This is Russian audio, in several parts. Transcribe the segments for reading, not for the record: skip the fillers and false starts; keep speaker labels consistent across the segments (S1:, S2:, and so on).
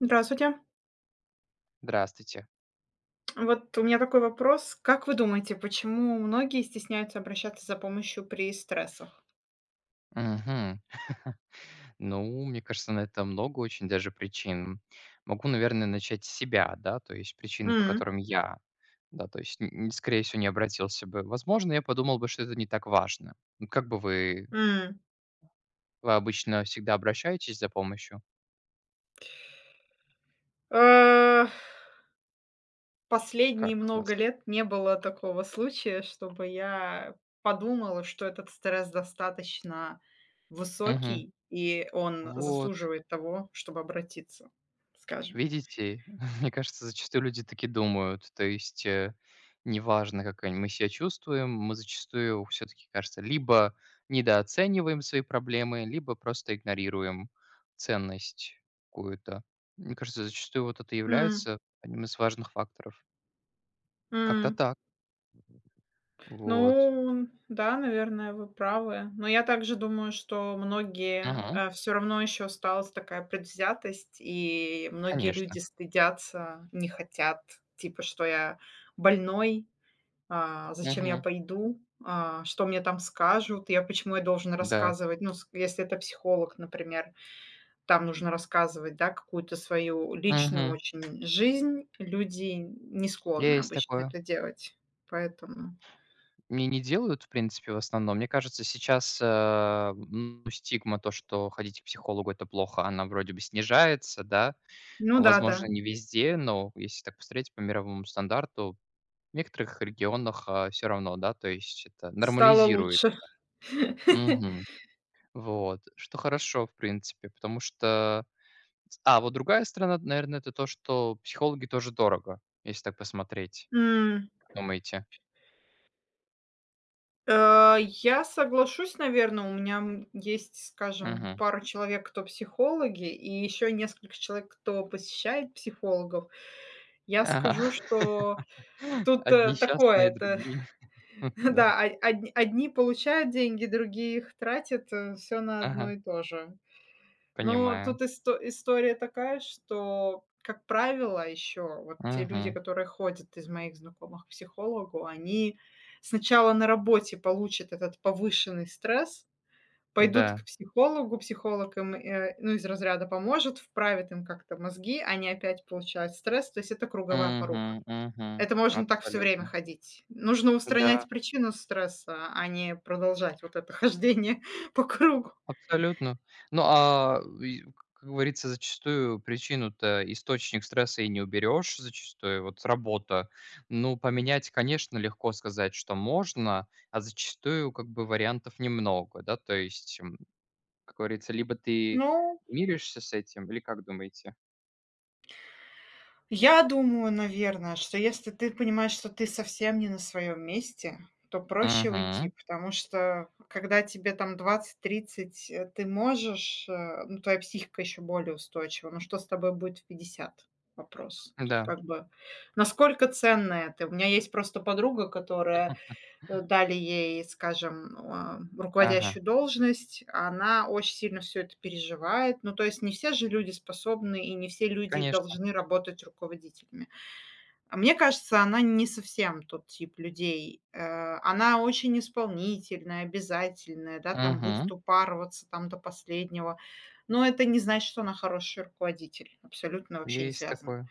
S1: Здравствуйте.
S2: Здравствуйте.
S1: Вот у меня такой вопрос. Как вы думаете, почему многие стесняются обращаться за помощью при стрессах?
S2: Мгм. Ну, мне кажется, на это много очень даже причин. Могу, наверное, начать с себя, да, то есть причины, по
S1: М.
S2: которым я, да, то есть, н н скорее всего, не обратился бы. Возможно, я подумал бы, что это не так важно. Ну, как бы вы
S1: М.
S2: вы обычно всегда обращаетесь за помощью?
S1: Э, Последние
S2: Как у
S1: много
S2: вас?
S1: лет не было такого случая, чтобы я подумала, что этот стресс достаточно
S2: Мгм.
S1: высокий, и он
S2: Вот.
S1: заслуживает того, чтобы обратиться, скажем.
S2: Видите, мне кажется, зачастую люди таки думают. То есть, неважно, как они мы себя чувствуем, мы зачастую все-таки, кажется, либо недооцениваем свои проблемы, либо просто игнорируем ценность какую-то. Мне кажется, зачастую вот это
S1: М.
S2: является одним из важных факторов. Как-то
S1: М.
S2: так. Вот.
S1: Ну да, наверное, вы правы. Но я также думаю, что многие,
S2: Мгм.
S1: все равно еще осталась такая предвзятость, и многие люди
S2: Конечно.
S1: стыдятся, не хотят, типа, что я больной, зачем я
S2: Мгм.
S1: пойду, что мне там скажут, я почему я должен
S2: Да.
S1: рассказывать, ну, с если это психолог, например, там нужно рассказывать, да, какую-то свою личную
S2: Мгм.
S1: очень жизнь. Люди не склонны
S2: Есть
S1: обычно
S2: такое.
S1: это делать, поэтому.
S2: Не делают, в принципе, в основном. Мне кажется, сейчас, ну, стигма, то, что ходить к психологу- это плохо, она вроде бы снижается, да.
S1: Ну да, да.
S2: Возможно, не везде, но если так посмотреть по мировому стандарту, в некоторых регионах, все равно, да, то есть это
S1: Стало лучше.
S2: нормализируется. Мгм. Вот, что хорошо, в принципе, потому что а, вот другая сторона, наверное, это то, что психологи тоже дорого, если так посмотреть.
S1: М,
S2: Думаете?
S1: я соглашусь, наверное. У меня, есть, скажем,
S2: Мгм.
S1: пара человек, кто психологи, и еще несколько человек, кто посещает психологов. Я
S2: Ага.
S1: скажу, что тут,
S2: Одни
S1: такое,
S2: счастные,
S1: это.
S2: другие м, да.
S1: Да, од одни одни получают деньги, другие их тратят, все на одно
S2: Ага,
S1: и то же. Но
S2: понимаю.
S1: тут история такая, что, как правило, еще вот те люди,
S2: Мгм.
S1: которые ходят из моих знакомых к психологу, они сначала на работе получат этот повышенный стресс, пойдут
S2: Да.
S1: к психологу, психолог им, ну, из разряда поможет, вправит им как-то мозги, они опять получают стресс, то есть это круговая порука.
S2: Мгм, мгм.
S1: Это можно так все время
S2: Абсолютно.
S1: ходить. Нужно
S2: Да,
S1: устранять причину стресса, а не продолжать вот это хождение по кругу.
S2: абсолютно. Ну, а, и, как говорится, зачастую причину-то, источник стресса и не уберешь зачастую, вот работа. Ну, поменять, конечно, легко сказать, что можно, а зачастую как бы вариантов немного, да, то есть, м, как говорится, либо ты
S1: Ну.
S2: миришься с этим, или как думаете?
S1: Я думаю, наверное, что если ты понимаешь, что ты совсем не на своем месте, то проще уйти,
S2: Мгм.
S1: потому что когда тебе там 20-30, ты можешь, ну, твоя психика еще более устойчива, но что с тобой будет в 50? Вопрос. Тут
S2: Да.
S1: как бы насколько ценно это? У меня есть просто подруга, которая.
S2: Мгм.
S1: Дали ей, скажем,
S2: Ага,
S1: руководящую должность, она очень сильно все это переживает. Ну, то есть не все же люди способны и не все люди
S2: конечно.
S1: должны работать руководителями. А мне кажется, она не совсем тот тип людей. Она очень исполнительная, обязательная, да, там будет
S2: Мгм.
S1: упарываться там до последнего. Но это не значит, что она хороший руководитель. Абсолютно вообще не
S2: Есть
S1: связано.
S2: такое.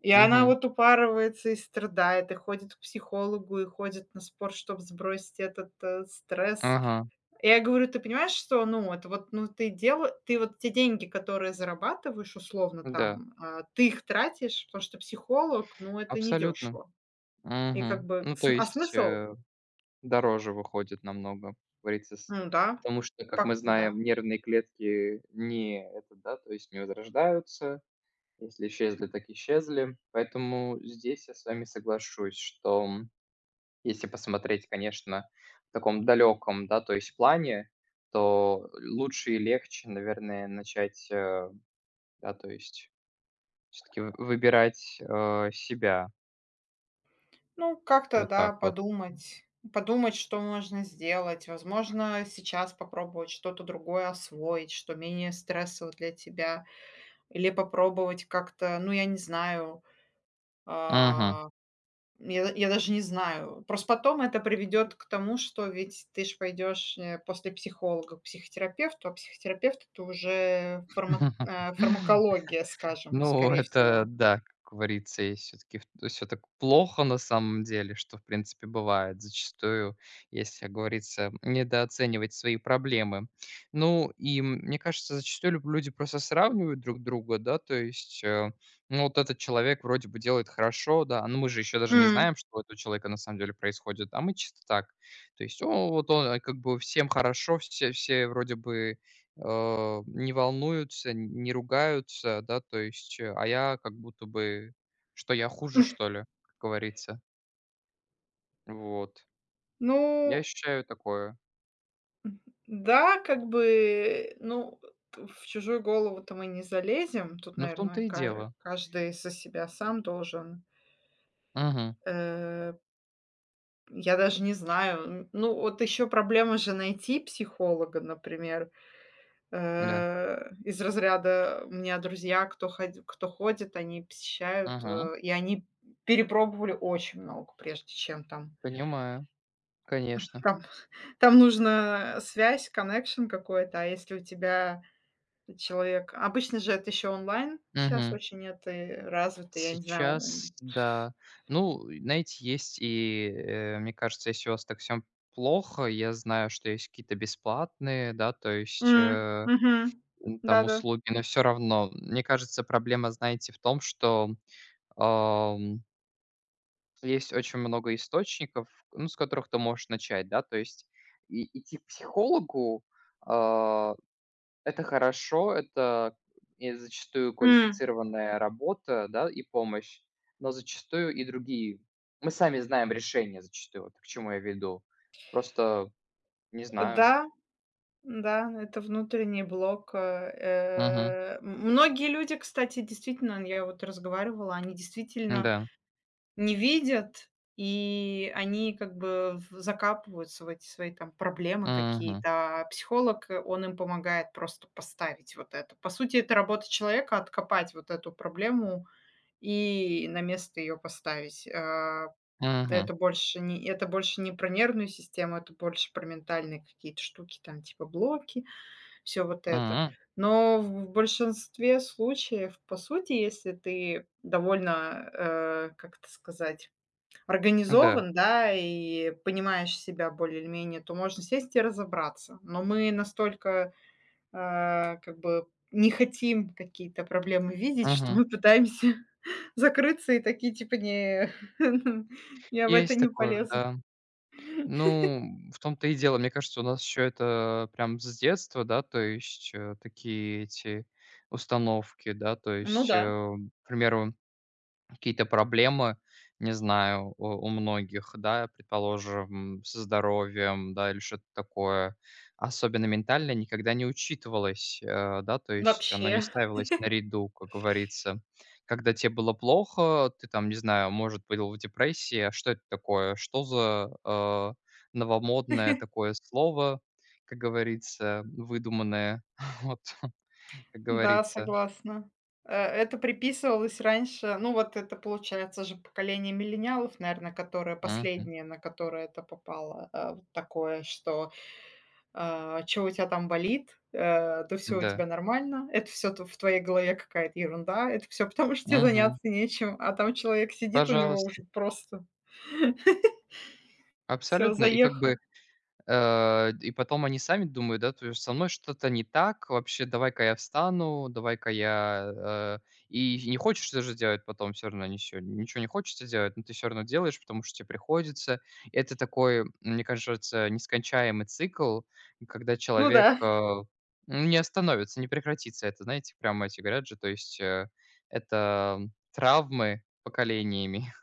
S1: И она
S2: Мгм.
S1: вот упарывается и страдает, и ходит к психологу, и ходит на спорт, чтобы сбросить этот, стресс.
S2: Ага.
S1: И я говорю: "Ты понимаешь, что, ну, это вот, ну, ты вот те деньги, которые зарабатываешь условно
S2: Да,
S1: там, ты их тратишь, потому что психолог, ну, это
S2: абсолютно.
S1: недешево". И как
S2: Мгм.
S1: бы
S2: Ну, то
S1: см а
S2: есть,
S1: смысл?
S2: дороже выходит намного, как говорится, с
S1: Ну да,
S2: потому что, как
S1: пак
S2: мы
S1: да.
S2: знаем, нервные клетки не это, да, то есть не возрождаются. Если исчезли, так исчезли. Поэтому здесь я с вами соглашусь, что, м, если посмотреть, конечно, в таком далеком, да, то есть плане, то лучше и легче, наверное, начать, да, то есть все таки выбирать, себя.
S1: Ну, как-то,
S2: Вот
S1: да,
S2: так вот.
S1: подумать, что можно сделать. Возможно, сейчас попробовать что-то другое освоить, что менее стрессово для тебя. Или попробовать как-то, ну, я не знаю,
S2: Мгм.
S1: а, я даже не знаю. Просто потом это приведет к тому, что ведь ты ж пойдешь, после психолога к психотерапевту, а психотерапевт — это уже
S2: Мгм.
S1: фармакология, скажем,
S2: Ну,
S1: скорее
S2: это
S1: всего.
S2: да, как говорится, и все таки все так плохо на самом деле, что, в принципе, бывает зачастую, если, как говорится, недооценивать свои проблемы. Ну, и мне кажется, зачастую люб люди просто сравнивают друг друга, да, то есть, ну, вот этот человек вроде бы делает хорошо, да, но мы же еще даже не
S1: М.
S2: знаем, что у этого человека на самом деле происходит, а мы чисто так. То есть, о, вот он, как бы всем хорошо, все вроде бы не волнуются, не ругаются, да, то есть, а я как будто бы, что я хуже, что ли, как говорится. Вот.
S1: Ну
S2: Я ощущаю такое.
S1: да, как бы, ну, т в чужую голову-то мы не залезем. Тут,
S2: Ну, в том-то
S1: наверное,
S2: и дело.
S1: каждый за себя сам должен,
S2: Мгм.
S1: э Я даже не знаю. Ну, вот еще проблема же найти психолога, например.
S2: Да.
S1: Из разряда у меня друзья, кто ходит, они посещают,
S2: Мгм.
S1: и они перепробовали очень много, прежде чем там.
S2: Понимаю. Конечно.
S1: Там там нужна связь, коннекшн какой-то, а если у тебя человек, обычно же это еще онлайн сейчас
S2: Мгм.
S1: очень это развито, я не знаю.
S2: Сейчас, да. Ну, знаете, есть и, мне кажется, если у вас так всем плохо, я знаю, что есть какие-то бесплатные, да, то есть,
S1: М, мгм.
S2: м, там
S1: Да-да.
S2: услуги, но все равно. Мне кажется, проблема, знаете, в том, что, ам, есть очень много источников, ну, с которых ты можешь начать, да. То есть и идти к психологу, а, это хорошо, это и зачастую
S1: М,
S2: квалифицированная работа, да, и помощь, но зачастую и другие. Мы сами знаем решение зачастую, вот к чему я веду. Просто не знаю.
S1: да. Да, это внутренний блок.
S2: Мгм.
S1: Многие люди, кстати, действительно, я вот разговаривала, они действительно
S2: Да.
S1: не видят, и они как бы в закапываются в эти свои там проблемы
S2: Мгм.
S1: какие-то, а психолог, он им помогает просто поставить вот это. По сути, это работа человека — откопать вот эту проблему и на место ее поставить. А,
S2: Мгм.
S1: это больше не про нервную систему, это больше про ментальные какие-то штуки, там типа блоки, все вот это.
S2: М.
S1: Но в большинстве случаев, по сути, если ты довольно, как это сказать,
S2: Да.
S1: организован, да, и понимаешь себя более или менее, то можно сесть и разобраться. Но мы настолько, как бы не хотим какие-то проблемы видеть, что
S2: Мгм.
S1: мы пытаемся закрыться и такие типа: "Не, я в это
S2: Есть
S1: не
S2: такое,
S1: полезу".
S2: да. Ну, в том-то и дело. Мне кажется, у нас еще это прям с детства, да, то есть, такие эти установки, да. То
S1: Ну
S2: есть,
S1: да,
S2: к примеру какие-то проблемы, не знаю, у многих, да, предположим, со здоровьем, да, или что-то такое, особенно ментально никогда не учитывалось, да, то есть оно не
S1: вообще.
S2: ставилось наряду, как говорится. Когда тебе было плохо, ты там, не знаю, может, был в депрессии, а что это такое? Что за, новомодное такое слово, как говорится, выдуманное, вот, как
S1: Да,
S2: говорится.
S1: согласна. Это приписывалось раньше, ну, вот это, получается же, поколение миллениалов, наверное, которое
S2: Мгм.
S1: последнее, на которое это попало, вот такое, что, "у тебя там болит?", "да всё у
S2: Да.
S1: тебя нормально", это все в твоей голове какая-то ерунда, это все, потому что тебе
S2: Мгм.
S1: заняться нечем, а там человек сидит, у него
S2: Пожалуйста.
S1: уже просто все
S2: Абсолютно. И как бы,
S1: заехал.
S2: и потом они сами думают, да, то есть со мной что-то не так, вообще давай-ка я встану, давай-ка я, и не хочется же делать потом все равно ничего, ничего не хочется делать, но ты все равно делаешь, потому что тебе приходится. Это такой, мне кажется, нескончаемый цикл, когда
S1: Ну
S2: человек,
S1: да.
S2: не остановится, не прекратится. Это, знаете, прямо эти говорят же, то есть, это травмы поколениями.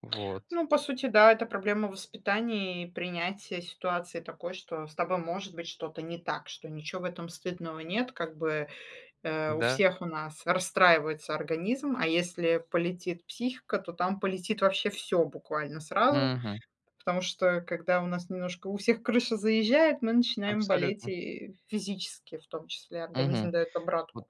S2: Вот.
S1: Ну, по сути, да, это проблема воспитания и принятия ситуации такой, что с тобой может быть что-то не так, что ничего в этом стыдного нет, как бы у
S2: Да.
S1: всех у нас расстраивается организм, а если полетит психика, то там полетит вообще все буквально сразу,
S2: Мгм.
S1: потому что когда у нас немножко у всех крыша заезжает, мы начинаем болеть
S2: Абсолютно.
S1: и физически, в том числе организм
S2: Мгм.
S1: дает
S2: Вот,
S1: обратку.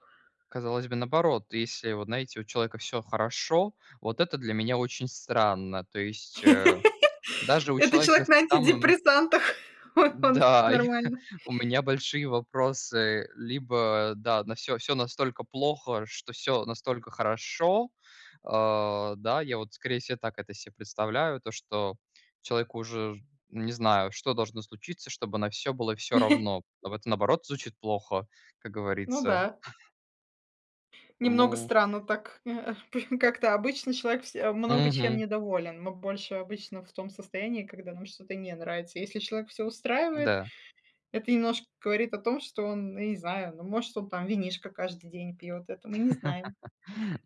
S2: казалось бы, наоборот, если, вот знаете, у человека все хорошо, вот это для меня очень странно. То есть, даже у
S1: Это
S2: человека
S1: человек
S2: с
S1: на
S2: самым
S1: антидепрессантах, он
S2: да, и
S1: нормально.
S2: у меня большие вопросы. Либо, да, на все настолько плохо, что все настолько хорошо. А, да, я вот, скорее всего, так это себе представляю, то, что человеку уже, не знаю, что должно случиться, чтобы на все было все равно. А вот наоборот звучит плохо, как
S1: Ну да.
S2: говорится.
S1: Немного
S2: Поэтому
S1: странно так. Как-то обычно человек много чем
S2: мгм.
S1: недоволен. Мы больше обычно в том состоянии, когда нам что-то не нравится. Если человек все устраивает,
S2: Да.
S1: это немножко говорит о том, что он, ну, не знаю, ну, может, он там винишко каждый день пьет. Это мы не знаем.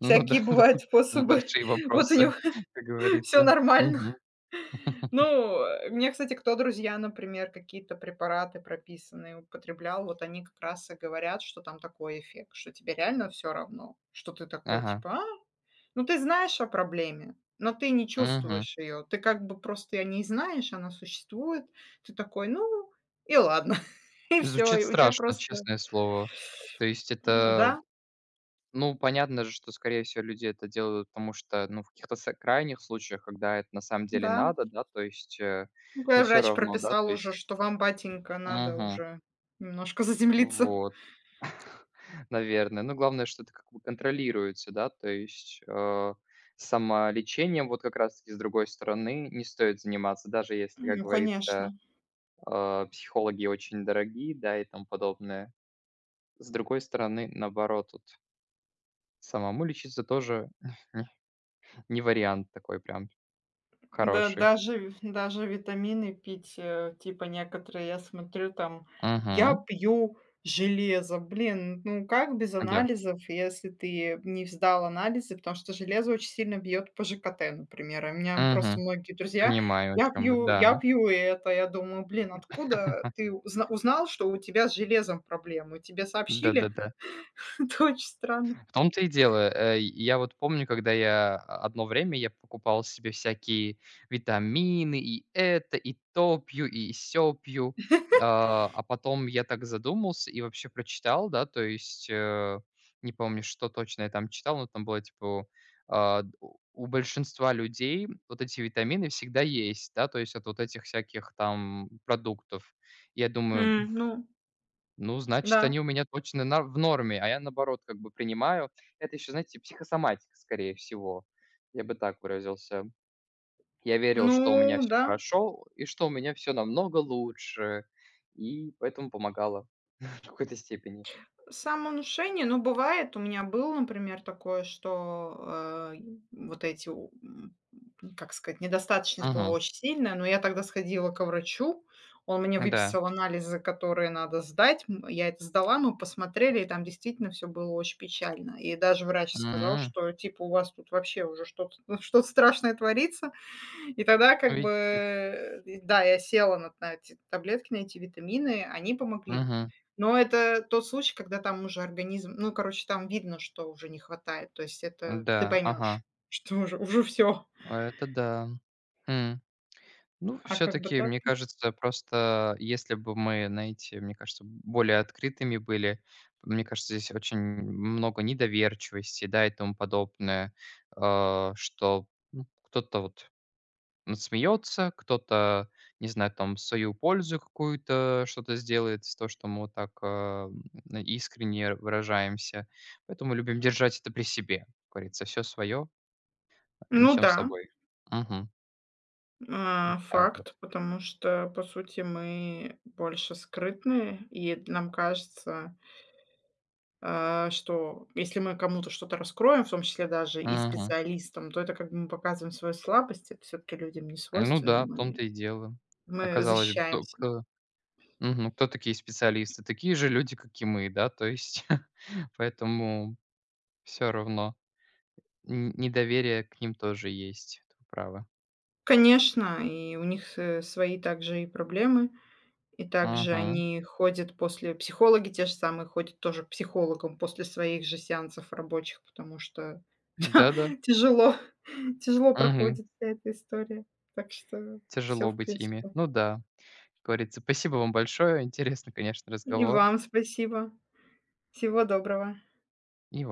S2: Ну да, да,
S1: бывают
S2: да, там
S1: способы.
S2: большие
S1: Вот у
S2: вопросы,
S1: него
S2: как
S1: все
S2: говорится.
S1: нормально.
S2: Мгм.
S1: Ну, мне, кстати, кто друзья, например, какие-то препараты прописанные употреблял, вот они как раз и говорят, что там такой эффект, что тебе реально все равно, что ты такой
S2: Ага.
S1: типа: "А, ну, ты знаешь о проблеме, но ты не
S2: Мгм.
S1: чувствуешь ее. Ты как бы просто о не знаешь, она существует. Ты такой, ну и ладно. И все,
S2: Звучит
S1: и у тебя
S2: страшно,
S1: просто".
S2: честное слово. То есть
S1: Да,
S2: это, ну, понятно же, что, скорее всего, люди это делают, потому что, ну, в каких-то са крайних случаях, когда это на самом деле
S1: да.
S2: надо, да, то есть,
S1: Ну,
S2: но
S1: твой
S2: все
S1: врач
S2: равно, да,
S1: прописал
S2: то
S1: уже,
S2: есть
S1: что вам, батенька, надо
S2: мгм.
S1: уже немножко заземлиться.
S2: Вот. Наверное. Ну, главное, что это как бы контролируется, да, то есть, самолечением вот как раз-таки с другой стороны не стоит заниматься, даже если, как
S1: Ну, конечно.
S2: говорится, психологи очень дорогие, да, и тому подобное. С другой стороны, наоборот, вот самому лечиться тоже не вариант такой прям
S1: Да,
S2: хороший.
S1: даже витамины пить, типа некоторые, я смотрю там: "Я
S2: Мгм.
S1: пью железо". Блин, ну как без
S2: Да.
S1: анализов, если ты не сдал анализы? Потому что железо очень сильно бьет по ЖКТ, например. И у меня просто
S2: Мгм.
S1: многие друзья:
S2: Понимаю, о
S1: "Я
S2: чём вы.
S1: пью я
S2: Да.
S1: пью это". Я думаю: "Блин, откуда ты узнал, что у тебя с железом проблемы? Тебе сообщили?"
S2: Да-да-да.
S1: Это очень странно.
S2: В том-то и дело. Я вот помню, когда я а, одно время я покупал себе всякие витамины, и это, и то пью, и сё пью. А потом я так задумался и вообще прочитал, да, то есть, не помню, что точно я там читал, но там было типа, а, у большинства людей вот эти витамины всегда есть, да, то есть от вот этих всяких там продуктов. Я думаю,
S1: М, ну
S2: ну, значит,
S1: да.
S2: они у меня точно на в норме, а я, наоборот, как бы принимаю. Это еще, знаете, психосоматика, скорее всего. Я бы так выразился. Я верил,
S1: Ну
S2: что у меня все
S1: да.
S2: хорошо и что у меня все намного лучше, и поэтому помогало в какой-то степени.
S1: Самовнушение, ну, бывает. У меня было, например, такое, что, вот эти, как сказать, недостаточность была
S2: Мгм.
S1: очень сильная, но я тогда сходила к врачу. Он мне
S2: Да.
S1: выписал анализы, которые надо сдать. Я это сдала, мы посмотрели, и там действительно все было очень печально. И даже врач сказал,
S2: М.
S1: что типа у вас тут вообще уже что-то, что-то страшное творится. И тогда как бы,
S2: Видите?
S1: да, я села на эти таблетки, на эти витамины, они помогли.
S2: Мгм.
S1: Но это тот случай, когда там уже организм, ну, короче, там видно, что уже не хватает. То есть это ты
S2: Да.
S1: поймешь,
S2: Ага.
S1: что уже, уже все.
S2: Это да. М. Ну,
S1: А
S2: все
S1: как бы
S2: таки
S1: так?
S2: мне кажется, просто если бы мы, знаете, мне кажется, более открытыми были, мне кажется, здесь очень много недоверчивости, да, и тому подобное, а, что, ну, кто-то вот смеется, кто-то, не знаю, там, в свою пользу какую-то что-то сделает из того, что мы вот так, искренне выражаемся. Поэтому любим держать это при себе, как говорится. Все свое
S1: Ну
S2: несем
S1: да,
S2: с собой. Мгм. Так вот.
S1: факт, потому что, по сути, мы больше скрытные, и нам кажется, что если мы кому-то что-то раскроем, в том числе даже и
S2: Мгм.
S1: специалистам, то это как бы мы показываем свою слабость, это все-таки людям не
S2: Ну
S1: свойственно,
S2: да, в
S1: мы,
S2: том-то и дело.
S1: мы
S2: Оказалось, бы, кто
S1: защищаемся.
S2: кто мгм, кто такие специалисты? Такие же люди, как и мы, да, то есть, поэтому все равно н недоверие к ним тоже есть, вы правы.
S1: Конечно, и у них свои также и проблемы. И также
S2: Мгм.
S1: они ходят после психологи те же самые ходят тоже к психологам после своих же сеансов рабочих, потому что
S2: Да-да.
S1: тяжело тяжело
S2: Мгм.
S1: проходит вся эта история. Так что все
S2: Тяжело
S1: в
S2: быть ими.
S1: принципе.
S2: Ну да. Как говорится, спасибо вам большое. Интересный, конечно,
S1: И
S2: разговор.
S1: вам спасибо. Всего доброго.
S2: И вам.